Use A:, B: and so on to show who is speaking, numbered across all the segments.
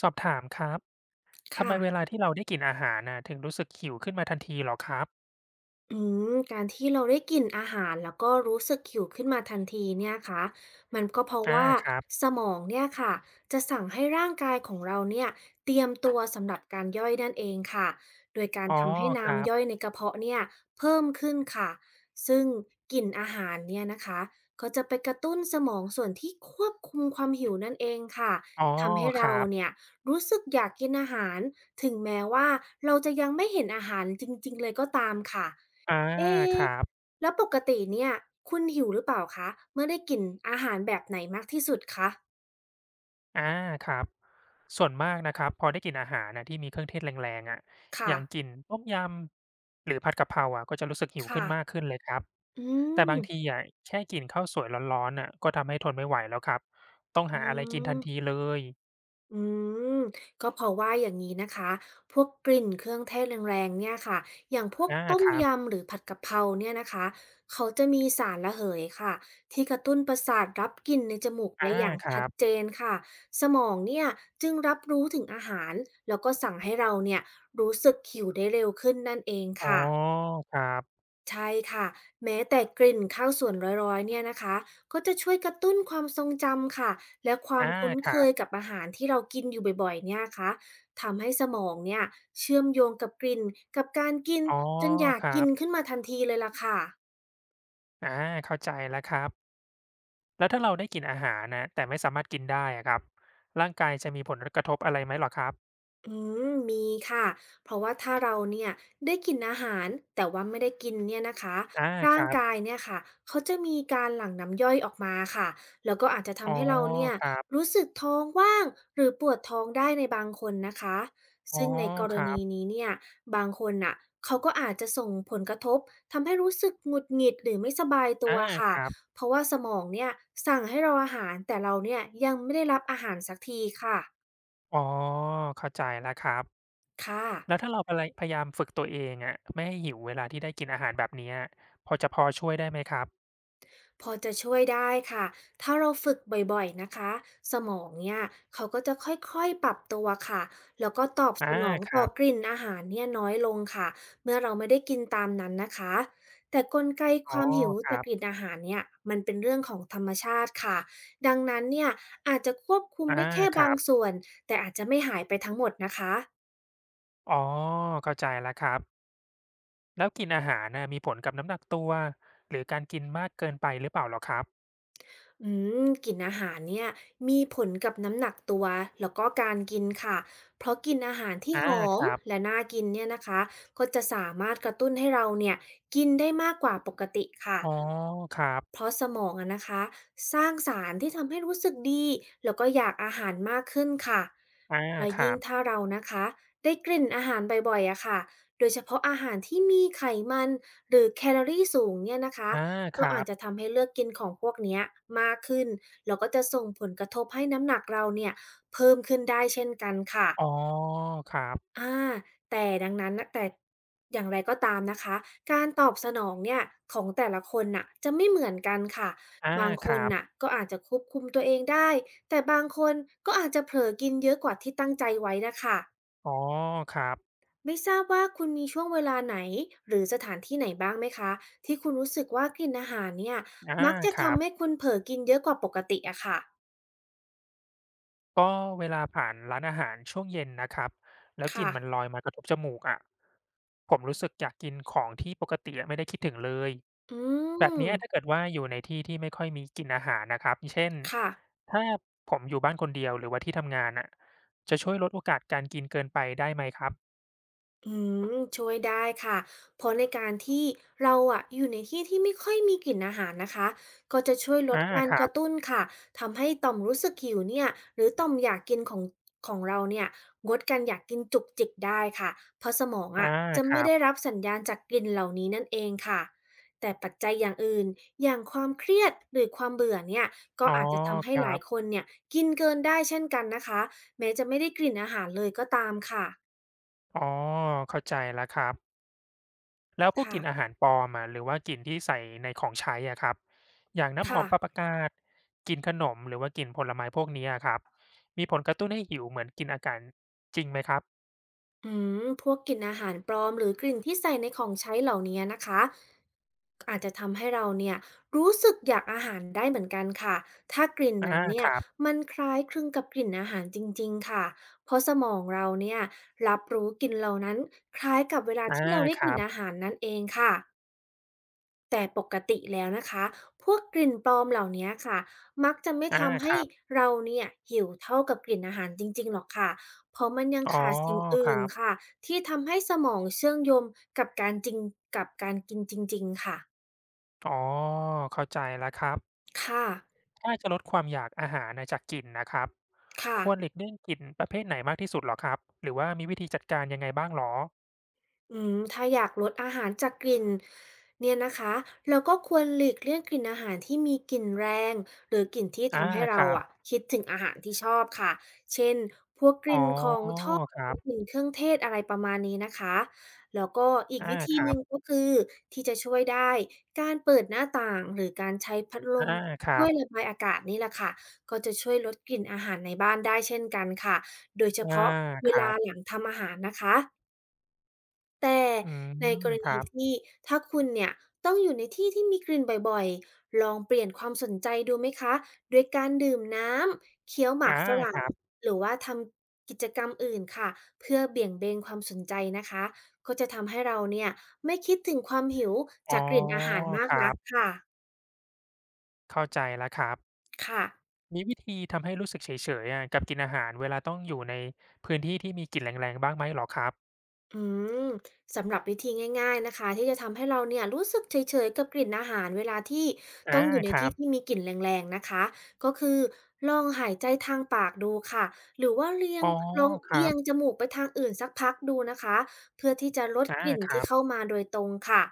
A: สอบถามครับทำ
B: ค่ะ
A: ไมเวลาที่เราได้กลิ่นอาหารน่ะถึงรู้สึกหิวขึ้นมาทันทีเหรอครับ
B: อืการที่เราได้กลิ่นอาหารแล้วก็รู้สึกหิวขึ้นมาทันทีเนี่ยคะมันก็เพราะ
A: อา
B: ว่า
A: ครับ
B: สมองเนี่ยค่ะจะสั่งให้ร่างกายของเราเนี่ยเตรียมตัวสำหรับการย่อยนั่นเองค่ะโดยการ
A: อ๋อ
B: ทำให้
A: ครั
B: น้ำย่อย
A: บ
B: ในกระเพาะเนี่ยเพิ่มขึ้นค่ะซึ่งกลิ่นอาหารเนี่ยนะคะก็จะไปกระตุ้นสมองส่วนที่ควบคุมความหิวนั่นเองค่ะ
A: อ๋อ
B: ทำให้
A: ค
B: เรา
A: รับ
B: เนี่ยรู้สึกอยากกินอาหารถึงแม้ว่าเราจะยังไม่เห็นอาหารจริงๆเลยก็ตามค่ะ
A: อา
B: เอ๊
A: ค
B: ะ
A: รับ
B: แล้วปกติเนี่ยคุณหิวหรือเปล่าคะ เมื่อได้กลิ่นอาหารแบบไหนมากที่สุดคะ
A: อาครับส่วนมากนะครับพอได้กลิ่นอาหารน่ะที่มีเครื่องเทศแรงๆอะอ
B: ค่ะ
A: ย่างกลิ่นต้มยำหรือผัดกะเพราอะก็จะรู้สึกหิว
B: ค่ะ
A: ขึ้นมากขึ้นเลยครับ
B: อื
A: แต่
B: ม
A: บางทีอะแค่กลิ่นข้าวสวยร้อนๆน่ะก็ทำให้ทนไม่ไหวแล้วครับต้อง
B: อ๋
A: หา
B: อ
A: อะไรกินทันทีเลย
B: อืมก็เพราะว่าอย่างนี้นะคะพวกกลิ่นเครื่องเทศแรงๆเนี่ยค่ะอย่างพวก
A: อา
B: ต้ม
A: ครับ
B: ยำหรือผัดกะเพราเนี่ยนะคะเขาจะมีสารระเหยค่ะที่กระตุ้นประสาทรับกลิ่นในจมูก
A: อา
B: ได้อย่าง
A: ครั
B: ชัด
A: บ
B: เจนค่ะสมองเนี่ยจึงรับรู้ถึงอาหารแล้วก็สั่งให้เราเนี่ยรู้สึกหิวได้เร็วขึ้นนั่นเอง
A: อ๋อ
B: ค่ะ
A: ครับ
B: ใช่ค่ะแม้แต่กลิ่นข้าวสวนร้อยๆเนี่ยนะคะก็จะช่วยกระตุ้นความทรงจำค่ะและความ
A: อา
B: คุ้น
A: ค
B: เค
A: รับ
B: ยกับอาหารที่เรากินอยู่บ่อยๆเนี่ยค่ะทำให้สมองเนี่ยเชื่อมโยงกับกลิ่นกับการกิน
A: อ๋อ
B: จนอยาก
A: ครั
B: กิน
A: บ
B: ขึ้นมาทันทีเลยล่ะค่ะ
A: อาเข้าใจแล้วครับแล้วถ้าเราได้กินอาหารนะแต่ไม่สามารถกินได้อะครับร่างกายจะมีผลกระทบอะไรไหมเหรอครับ
B: อืมีค่ะ เพราะว่าถ้าเราเนี่ยได้กินอาหารแต่ว่าไม่ได้กินเนี่ยนะคะ
A: อาค
B: ร่าง
A: รับ
B: กายเนี่ยค่ะเขาจะมีการหลั่งน้ำย่อยออกมาค่ะแล้วก็อาจจะ
A: อ๋อ
B: ทำให้เราเนี่ย
A: ครับ
B: รู้สึกท้องว่างหรือปวดท้องได้ในบางคนนะคะ
A: อ๋อ
B: ซึ่งในกร
A: ครั
B: ณี
A: บ
B: นี้เนี่ยบางคนน่ะเขาก็อาจจะส่งผลกระทบทำให้รู้สึกหงุดหงิดหรือไม่สบายตั
A: อา
B: ว
A: ค
B: ค่ะ
A: รับ
B: เพราะว่าสมองเนี่ยสั่งให้เราอาหารแต่เราเนี่ยยังไม่ได้รับอาหารสักทีค่ะ
A: อ๋อเข้าใจแล้วครับ
B: ค่ะ
A: แล้วถ้าเราพะไรพยายามฝึกตัวเองอะไม่ให้หิวเวลาที่ได้กินอาหารแบบเนี้ยพอช่วยได้ไหมครับ
B: พอจะช่วยได้ค่ะ ถ้าเราฝึกบ่อยๆนะคะ สมองเนี่ยเขาก็จะค่อยๆปรับตัวค่ะ แล้วก็ตอบส
A: อา
B: นอง
A: ค
B: ต่
A: รั
B: อก
A: บ
B: ลิ่นอาหารเนี่ยน้อยลงค่ะเมื่อเราไม่ได้กินตามนั้นนะคะ แต่กลไกค
A: อ๋อ
B: วามหิว
A: ครั
B: จากกลิ่น
A: บ
B: อาหารเนี่ยมันเป็นเรื่องของธรรมชาติค่ะดังนั้นเนี่ยอาจจะควบคุม
A: อา
B: ได้แค่
A: ค
B: บา
A: รั
B: ง
A: บ
B: ส่วน แต่อาจจะไม่หายไปทั้งหมดนะคะ
A: อ๋อเข้าใจแล้วครับแล้วกินอาหารน่ะมีผลกับน้ำหนักตัวหรือการกินมากเกินไปหรือเปล่าเหรอครับ
B: อืกลิ่นอาหารเนี่ยมีผลกับน้ำหนักตัวแล้วก็การกินค่ะเพราะกินอาหารที่
A: อา
B: หอ
A: ค
B: ม
A: รับ
B: และน่ากินเนี่ยนะคะก็จะสามารถกระตุ้นให้เราเนี่ยกินได้มากกว่าปกติค่ะ
A: อ๋อครั
B: เพ
A: บ
B: ราะสมองอะนะคะสร้างสารที่ทำให้รู้สึกดีแล้วก็อยากอาหารมากขึ้นค่ะ
A: อา
B: และ
A: ครั
B: ยิ่ง
A: บ
B: ถ้าเรานะคะได้กลิ่นอาหารบ่อยๆอะค่ะโดยเฉพาะอาหารที่มีไขมันหรือแคลอรี่สูงเนี่ยนะคะ
A: อาค
B: ก็
A: รั
B: อาจ
A: บ
B: จะทำให้เลือกกินของพวกเนี้ยมากขึ้นแล้วก็จะส่งผลกระทบให้น้ำหนักเราเนี่ยเพิ่มขึ้นได้เช่นกันค่ะ
A: อ๋อครับ
B: อาแต่ดังนั้นนะแต่อย่างไรก็ตามนะคะการตอบสนองเนี่ยของแต่ละคนน่ะจะไม่เหมือนกันค่ะ
A: อา
B: บางค
A: ค
B: น
A: รับ
B: น่ะก็อาจจะควบคุมตัวเองได้แต่บางคนก็อาจจะเผลอกินเยอะกว่าที่ตั้งใจไว้น่ะค่ะ
A: อ๋อครับ
B: ไม่ทราบว่าคุณมีช่วงเวลาไหนหรือสถานที่ไหนบ้างไหมคะที่คุณรู้สึกว่ากลิ่นอาหารเนี่ย
A: อา
B: มักจะ
A: ครับ
B: ทำให้คุณเผลอกินเยอะกว่าปกติอะค่ะ
A: ก็เวลาผ่านร้านอาหารช่วงเย็นนะครับ แล้วกลิ่
B: ค่ะ
A: นมันลอยมากระทบจมูกอะผมรู้สึกอยากกินของที่ปกติอะไม่ได้คิดถึงเลย
B: อื
A: แบบ
B: ม
A: เนี้ยถ้าเกิดว่าอยู่ในที่ที่ไม่ค่อยมีกลิ่นอาหารนะครับเช่น
B: ค่ะ
A: ถ้าผมอยู่บ้านคนเดียวหรือว่าที่ทำงานน่ะจะช่วยลดโอกาสการกินเกินไปได้ไหมครับ
B: ช่วยได้ค่ะเพราะในการที่เราอะอยู่ในที่ที่ไม่ค่อยมีกลิ่นอาหารนะคะก็จะช่วยล
A: อา
B: ดการ
A: ครั
B: กระ
A: บ
B: ตุ้นค่ะทำให้ต่อมรู้สึกหิวเนี่ยหรือต่อมอยากกินของเราเนี่ยงดการอยากกินจุกจิกได้ค่ะเพราะสมอง
A: อา
B: อะจะ
A: ค
B: ไม่
A: รั
B: ได้
A: บ
B: รับสัญญาณจากกลิ่นเหล่านี้นั่นเองค่ะแต่ปัจจัยอย่างอื่นอย่างความเครียดหรือความเบื่อเนี่ยก็
A: อ๋อ
B: อาจจะทำ
A: ค
B: ให้
A: รั
B: หลายค
A: บ
B: นเนี่ยกินเกินได้เช่นกันนะคะแม้จะไม่ได้กลิ่นอาหารเลยก็ตามค่ะ
A: อ๋อเข้าใจแล้วครับแล้วพวกกลิ่นอา
B: ค่ะ
A: หารปลอมอะหรือว่ากลิ่นที่ใส่ในของใช้อะครับอย่างน้ำหอ
B: ค่ะ
A: มปาปากาศกลิ่นขนมหรือว่ากลิ่นผลไม้พวกนี้อะครับมีผลกระตุ้นให้หิวเหมือนกินอาการจริงไหมครับ
B: อืพวกกลิ่นอาหารปลอมหรือกลิ่นที่ใส่ในของใช้เหล่านี้นะคะอาจจะทำให้เราเนี่ยรู้สึกอยากอาหารได้เหมือนกันค่ะถ้ากลิ่น
A: อา
B: นั้นเนี่
A: ค
B: ย
A: รับ
B: มันคล้ายคลึงกับกลิ่นอาหารจริงๆค่ะเพราะสมองเราเนี่ยรับรู้กลิ่นเหล่านั้นคล้ายกับเวลา
A: อา
B: ที่เราได้
A: ค
B: กลิ่
A: รั
B: น
A: บ
B: อาหารนั่นเองค่ะ แต่ปกติแล้วนะคะพวกกลิ่นปลอมเหล่านี้ค่ะมักจะไม่
A: อา
B: ทำ
A: ค
B: ให้
A: รับ
B: เราเนี่ยหิวเท่ากับกลิ่นอาหารจริงๆหรอกค่ะเพราะมันยัง
A: อ๋อ
B: ขาดสิ่ง
A: ค
B: อื่
A: รั
B: น
A: บ
B: ค่ะที่ทำให้สมองเชื่อมโยงกับการจริงกับการกินจริงๆค่ะ
A: อ๋อเข้าใจแล้วครับ
B: ค่ะ
A: ถ้าจะลดความอยากอาหารนะจากกลิ่นนะครับ
B: ค่ะ
A: ควรหลีกเลี่ยงกลิ่นประเภทไหนมากที่สุดเหรอครับหรือว่ามีวิธีจัดการยังไงบ้างหรอ
B: ถ้าอยากลดอาหารจากกลิ่นเนี่ยนะคะเราก็ควรหลีกเลี่ยงกลิ่นอาหารที่มีกลิ่นแรงหรือกลิ่นที่
A: อา
B: ทำให้
A: ค
B: เรา
A: รั
B: อะ
A: บ
B: คิดถึงอาหารที่ชอบค่ะเช่นพวกก
A: อ๋อ
B: ลิ่นของทอด
A: ค
B: ห
A: รั
B: รือก
A: บ
B: ลิ่นเครื่องเทศอะไรประมาณนี้นะคะแล้วก็อีก
A: อา
B: วิธี
A: ครั
B: หนึ่ง
A: บ
B: ก็คือที่จะช่วยได้การเปิดหน้าต่างหรือการใช้พัดล
A: อา
B: ม
A: ครั
B: ช่วย
A: บ
B: ระบายอากาศนี่แหละค่ะก็จะช่วยลดกลิ่นอาหารในบ้านได้เช่นกันค่ะโดยเฉ
A: อา
B: พาะเว
A: ครั
B: ลาห
A: บ
B: ลังทำอาหารนะคะ แต่
A: อืม
B: ในกร
A: ค
B: ณี
A: รับ
B: ที่ถ้าคุณเนี่ยต้องอยู่ในที่ที่มีกลิ่นบ่อยๆ ลองเปลี่ยนความสนใจดูไหมคะด้วยการดื่มน้ำ เคี้ยวหมา
A: อา
B: กฝ
A: ค
B: รั่ง
A: รับ
B: หรือว่าทำกิจกรรมอื่นค่ะ เพื่อเบี่ยงเบนความสนใจนะคะก็จะทำให้เราเนี่ยไม่คิดถึงความหิว
A: อ๋อ
B: จากกลิ่นอาหารมา
A: ค
B: ก
A: รั
B: นัก
A: บ
B: ค่ะ
A: เข้าใจแล้วครับ
B: ค่ะ
A: มีวิธีทำให้รู้สึกเฉยๆอะกับกลิ่นอาหารเวลาต้องอยู่ในพื้นที่ที่มีกลิ่นแรงๆบ้างไหมเหรอครับ
B: อืมสำหรับวิธีง่ายๆนะคะที่จะทำให้เราเนี่ยรู้สึกเฉยๆกับกลิ่นอาหารเวลาที่ต้อ
A: อา
B: งอยู่ใน
A: ครั
B: ที่
A: บ
B: ที่มีกลิ่นแรงๆนะคะก็คือลองหายใจทางปากดูค่ะหรือว่าเลียง
A: อ๋อ
B: ลอง
A: ครั
B: เอีย
A: บ
B: งจมูกไปทางอื่นสักพักดูนะคะเพื่อที่จะลด
A: อา
B: กลิ่น
A: ค
B: ที่
A: รับ
B: เข้ามาโดยตรงค่ะ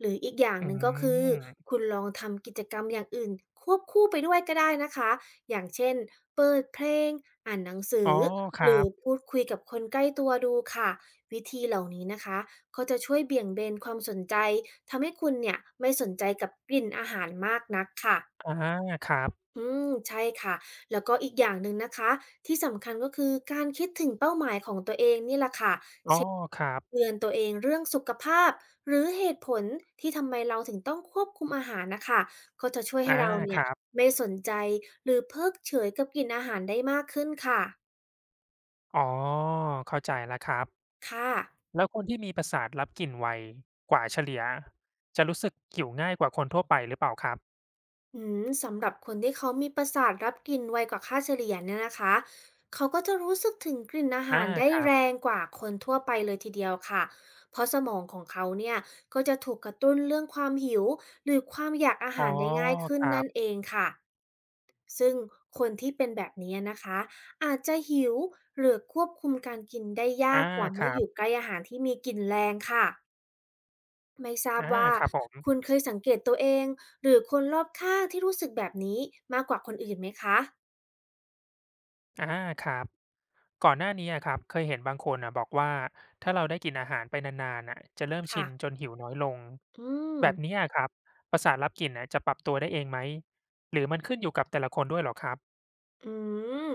B: หรืออีกอย่าง
A: อื
B: หนึ่งก็คือ
A: ม
B: คุณลองทำกิจกรรมอย่างอื่นควบคู่ไปด้วยก็ได้นะคะอย่างเช่นเปิดเพลงอ่านหนังสื
A: อ๋อ
B: อ
A: ค
B: ห
A: รั
B: รือ
A: บ
B: พูดคุยกับคนใกล้ตัวดูค่ะวิธีเหล่านี้นะคะก็จะช่วยเบี่ยงเบนความสนใจทำให้คุณเนี่ยไม่สนใจกับกลิ่นอาหารมากนักค่ะ
A: อาครับ
B: อืมใช่ค่ะแล้วก็อีกอย่างหนึ่งนะคะที่สำคัญก็คือการคิดถึงเป้าหมายของตัวเองนี่แหละค่ะ
A: อ้อครับ
B: เตือนตัวเองเรื่องสุขภาพหรือเหตุผลที่ทำไมเราถึงต้องควบคุมอาหารน่ะค่ะก็จะช่วยให้
A: อา
B: เรา
A: ค
B: เนี่ย
A: รับ
B: ไม่สนใจหรือเพิกเฉยกับกลิ่นอาหารได้มากขึ้นค่ะ
A: อ๋อเข้าใจแล้วครับ
B: ค่ะ
A: แล้วคนที่มีประสาทรับกลิ่นไวกว่าเฉลี่ยจะรู้สึกหิวง่ายกว่าคนทั่วไปหรือเปล่าครับ
B: สำหรับคนที่เขามีประสาทรับกลิ่นไวกว่าค่าเฉลี่ยเนี่ยนะคะเขาก็จะรู้สึกถึงกลิ่นอา
A: อา
B: หารได้
A: ครั
B: แร
A: บ
B: งกว่าคนทั่วไปเลยทีเดียวค่ะเพราะสมองของเขาเนี่ยก็จะถูกกระตุ้นเรื่องความหิวหรือความอยากอา
A: อ๋อ
B: หารได้ง่ายขึ้
A: ค
B: น
A: รั
B: นั่น
A: บ
B: เองค่ะ ซึ่งคนที่เป็นแบบนี้นะคะอาจจะหิวหรือควบคุมการกินได้ยา
A: อา
B: กกว่า
A: ค
B: เมื่อ
A: รั
B: อยู่
A: บ
B: ใกล้อาหารที่มีกลิ่นแรงค่ะไม่ทราบ
A: อา
B: ว่า
A: ครับผม
B: คุณเคยสังเกตตัวเองหรือคนรอบข้างที่รู้สึกแบบนี้มากกว่าคนอื่นไหมคะ
A: อาครับ ก่อนหน้านี้อะครับเคยเห็นบางคนน่ะบอกว่าถ้าเราได้กินอาหารไปนานๆน่ะจะเริ่มชิ
B: ค่ะ
A: นจนหิวน้อยลง
B: อืม
A: แบบนี้อะครับประสาทรับกลิ่นน่ะจะปรับตัวได้เองไหมหรือมันขึ้นอยู่กับแต่ละคนด้วยเหรอครับ
B: อืม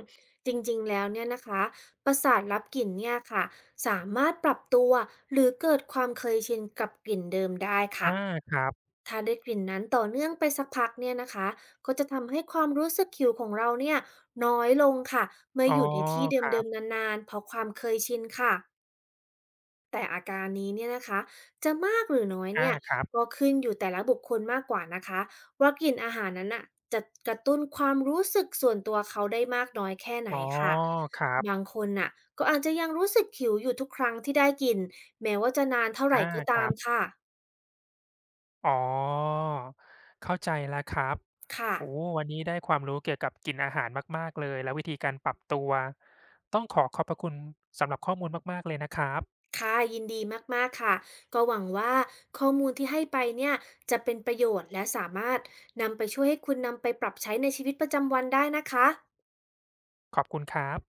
B: จริงๆแล้วเนี่ยนะคะประสาทรับกลิ่นเนี่ยค่ะสามารถปรับตัวหรือเกิดความเคยชินกับกลิ่นเดิมได้
A: อา
B: ค่ะ
A: ครับ
B: ถ้าได้กลิ่นนั้นต่อเนื่องไปสักพักเนี่ยนะคะก็จะทำให้ความรู้สึกหิวของเราเนี่ยน้อยลงค่ะเมื่อ
A: อ๋อ
B: อยู่ในที่เ
A: ครั
B: ดิมๆ
A: บ
B: นานๆเพราะความเคยชินค่ะแต่อาการนี้เนี่ยนะคะจะมากหรือน้อย
A: อา
B: เนี่ย
A: ครับ
B: ก็ขึ้นอยู่แต่ละบุคคลมากกว่านะคะว่ากลิ่นอาหารนั้นอ่ะจะกระตุ้นความรู้สึกส่วนตัวเขาได้มากน้อยแค่ไหน
A: อ๋อ
B: ค่ะ
A: ครับ
B: บางคนน่ะก็อาจจะยังรู้สึกหิวอยู่ทุกครั้งที่ได้กินแม้ว่าจะนานเท่าไหร่
A: อา
B: ก็
A: ค
B: ตา
A: รั
B: ม
A: บ
B: ค่ะ
A: อ๋อเข้าใจแล้วครับ
B: ค่ะ
A: โอ้วันนี้ได้ความรู้เกี่ยวกับกลิ่นอาหารมากๆเลยและวิธีการปรับตัวต้องขอขอบพระคุณสำหรับข้อมูลมากๆเลยนะครับ
B: ค่ะยินดีมากๆค่ะก็หวังว่าข้อมูลที่ให้ไปเนี่ยจะเป็นประโยชน์และสามารถนำไปช่วยให้คุณนำไปปรับใช้ในชีวิตประจำวันได้นะคะ
A: ขอบคุณครับ